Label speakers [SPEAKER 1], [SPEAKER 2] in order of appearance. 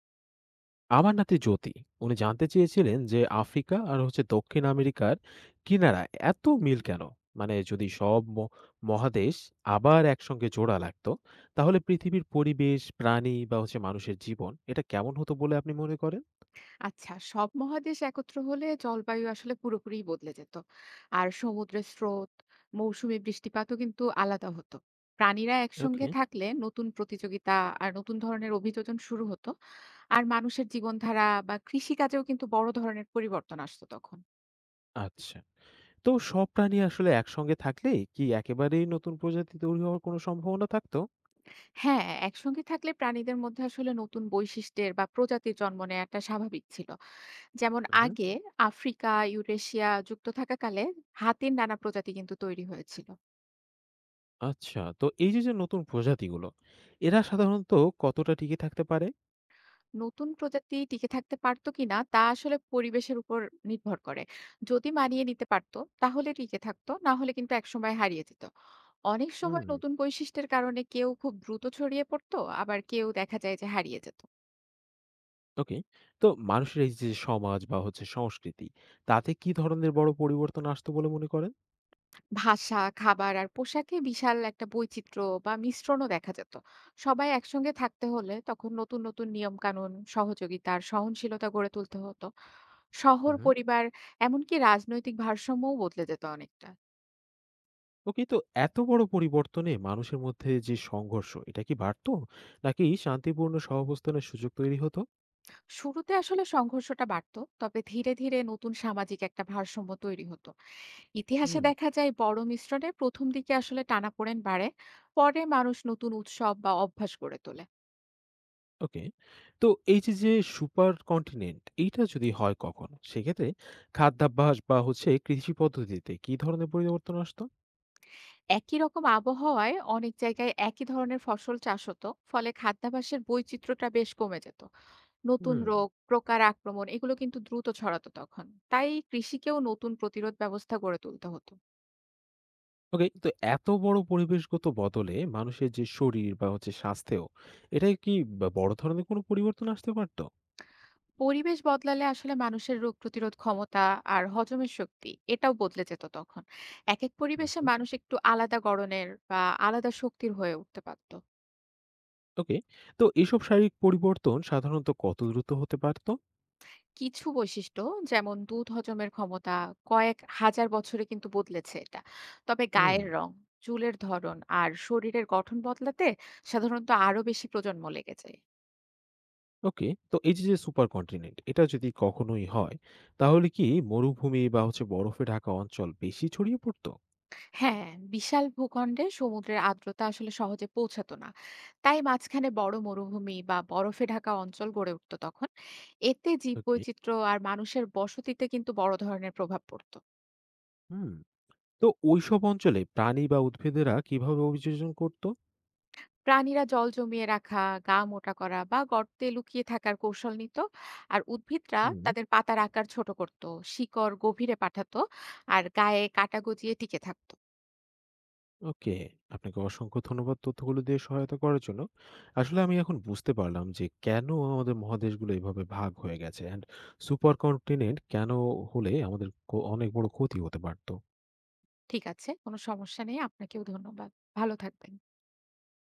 [SPEAKER 1] আমার নাতি জ্যোতি উনি জানতে চেয়েছিলেন যে আফ্রিকা আর হচ্ছে দক্ষিণ আমেরিকার কিনারা এত মিল কেন। মানে যদি সব মহাদেশ আবার একসঙ্গে জোড়া লাগতো, তাহলে পৃথিবীর পরিবেশ, প্রাণী বা হচ্ছে মানুষের জীবন এটা কেমন হতো বলে আপনি মনে করেন?
[SPEAKER 2] আচ্ছা, সব মহাদেশ একত্র হলে জলবায়ু আসলে পুরোপুরি বদলে যেত। আর সমুদ্রের স্রোত, মৌসুমী বৃষ্টিপাতও কিন্তু আলাদা হতো। প্রাণীরা একসঙ্গে
[SPEAKER 1] ওকে,
[SPEAKER 2] থাকলে নতুন প্রতিযোগিতা আর নতুন ধরনের অভিযোজন শুরু হতো। আর মানুষের জীবনধারা বা কৃষিকাজেও কিন্তু বড় ধরনের পরিবর্তন আসতো তখন।
[SPEAKER 1] আচ্ছা, তো সব প্রাণী আসলে একসঙ্গে থাকলে কি একেবারেই নতুন প্রজাতি তৈরি হওয়ার কোনো সম্ভাবনা থাকতো?
[SPEAKER 2] হ্যাঁ, একসঙ্গে থাকলে প্রাণীদের মধ্যে আসলে নতুন বৈশিষ্ট্যের বা প্রজাতির জন্ম নেওয়াটা স্বাভাবিক ছিল। যেমন
[SPEAKER 1] হুম।
[SPEAKER 2] আগে আফ্রিকা ইউরেশিয়া যুক্ত থাকাকালে হাতির নানা প্রজাতি কিন্তু তৈরি হয়েছিল।
[SPEAKER 1] আচ্ছা, তো এই যে যে নতুন প্রজাতিগুলো, এরা সাধারণত কতটা টিকে থাকতে পারে?
[SPEAKER 2] নতুন প্রজাতি টিকে থাকতে পারতো কিনা তা আসলে পরিবেশের উপর নির্ভর করে। যদি মানিয়ে নিতে পারতো তাহলে টিকে থাকতো, না হলে কিন্তু একসময় হারিয়ে যেত। অনেক সময়
[SPEAKER 1] হুম।
[SPEAKER 2] নতুন বৈশিষ্ট্যের কারণে কেউ খুব দ্রুত ছড়িয়ে পড়তো, আবার কেউ দেখা যায় যে হারিয়ে যেত।
[SPEAKER 1] ওকে। তো মানুষের এই যে সমাজ বা হচ্ছে সংস্কৃতি, তাতে কি ধরনের বড় পরিবর্তন আসতো বলে মনে করেন?
[SPEAKER 2] ভাষা, খাবার আর পোশাকে বিশাল একটা বৈচিত্র্য বা মিশ্রণও দেখা যেত। সবাই একসঙ্গে থাকতে হলে তখন নতুন নতুন নিয়ম কানুন, সহযোগিতা আর সহনশীলতা গড়ে তুলতে হতো।
[SPEAKER 1] হু,
[SPEAKER 2] শহর,
[SPEAKER 1] হু।
[SPEAKER 2] পরিবার এমনকি রাজনৈতিক ভারসাম্যও বদলে যেত অনেকটা।
[SPEAKER 1] ওকে, তো এত বড় পরিবর্তনে মানুষের মধ্যে যে সংঘর্ষ, এটা কি বাড়তো? নাকি শান্তিপূর্ণ সহাবস্থানের সুযোগ তৈরি হতো?
[SPEAKER 2] শুরুতে আসলে সংঘর্ষটা বাড়তো, তবে ধীরে ধীরে নতুন সামাজিক একটা ভারসাম্য তৈরি হতো। ইতিহাসে
[SPEAKER 1] হুম।
[SPEAKER 2] দেখা যায় বড় মিশ্রণে প্রথম দিকে আসলে টানাপোড়েন বাড়ে। পরে মানুষ নতুন উৎসব বা অভ্যাস গড়ে তোলে।
[SPEAKER 1] ওকে। তো এই যে, যে সুপার কন্টিনেন্ট এইটা যদি হয় কখনো, সেক্ষেত্রে খাদ্যাভ্যাস বা হচ্ছে কৃষি পদ্ধতিতে কি ধরনের পরিবর্তন আসতো?
[SPEAKER 2] একই রকম আবহাওয়ায় অনেক জায়গায় একই ধরনের ফসল চাষ হতো, ফলে খাদ্যাভ্যাসের বৈচিত্র্যটা বেশ কমে যেত। নতুন
[SPEAKER 1] হুম।
[SPEAKER 2] রোগ প্রকার আক্রমণ এগুলো কিন্তু দ্রুত ছড়াতো তখন। তাই কৃষিকেও নতুন প্রতিরোধ ব্যবস্থা গড়ে তুলতে হতো।
[SPEAKER 1] ওকে, তো এত বড় পরিবেশগত বদলে মানুষের যে শরীর বা হচ্ছে স্বাস্থ্যেও, এটাই কি বড় ধরনের কোনো পরিবর্তন আসতে পারতো?
[SPEAKER 2] পরিবেশ বদলালে আসলে মানুষের রোগ প্রতিরোধ ক্ষমতা আর হজমের শক্তি এটাও বদলে যেত তখন। এক এক পরিবেশে
[SPEAKER 1] হুম।
[SPEAKER 2] মানুষ একটু আলাদা গড়নের বা আলাদা শক্তির হয়ে উঠতে পারত।
[SPEAKER 1] ওকে, তো এইসব শারীরিক পরিবর্তন সাধারণত কত দ্রুত হতে পারতো?
[SPEAKER 2] কিছু বৈশিষ্ট্য, যেমন দুধ হজমের ক্ষমতা, কয়েক হাজার বছরে কিন্তু বদলেছে এটা। তবে
[SPEAKER 1] হুম।
[SPEAKER 2] গায়ের রং, চুলের ধরন আর শরীরের গঠন বদলাতে সাধারণত আরো বেশি প্রজন্ম লেগে যায়।
[SPEAKER 1] ওকে, তো এই যে যে সুপার কন্টিনেন্ট এটা যদি কখনোই হয়, তাহলে কি মরুভূমি বা হচ্ছে বরফে ঢাকা অঞ্চল বেশি ছড়িয়ে পড়তো?
[SPEAKER 2] হ্যাঁ, বিশাল ভূখণ্ডে সমুদ্রের আর্দ্রতা আসলে সহজে পৌঁছাতো না। তাই মাঝখানে বড় মরুভূমি বা বরফে ঢাকা অঞ্চল গড়ে উঠতো তখন। এতে
[SPEAKER 1] ওকে।
[SPEAKER 2] জীববৈচিত্র্য আর মানুষের বসতিতে কিন্তু বড় ধরনের প্রভাব পড়তো।
[SPEAKER 1] হুম। তো ওইসব অঞ্চলে প্রাণী বা উদ্ভিদেরা কিভাবে অভিযোজন করতো?
[SPEAKER 2] প্রাণীরা জল জমিয়ে রাখা, গা মোটা করা বা গর্তে লুকিয়ে থাকার কৌশল নিত। আর উদ্ভিদরা তাদের পাতার আকার ছোট করত, শিকড় গভীরে পাঠাতো আর গায়ে কাটা গজিয়ে টিকে থাকতো।
[SPEAKER 1] ওকে, আপনাকে অসংখ্য ধন্যবাদ তথ্যগুলো দিয়ে সহায়তা করার জন্য। আসলে আমি এখন বুঝতে পারলাম যে কেন আমাদের মহাদেশগুলো এভাবে ভাগ হয়ে গেছে। And সুপার কন্টিনেন্ট কেন হলে আমাদের অনেক বড় ক্ষতি হতে পারত।
[SPEAKER 2] ঠিক আছে, কোনো সমস্যা নেই। আপনাকেও ধন্যবাদ, ভালো থাকবেন।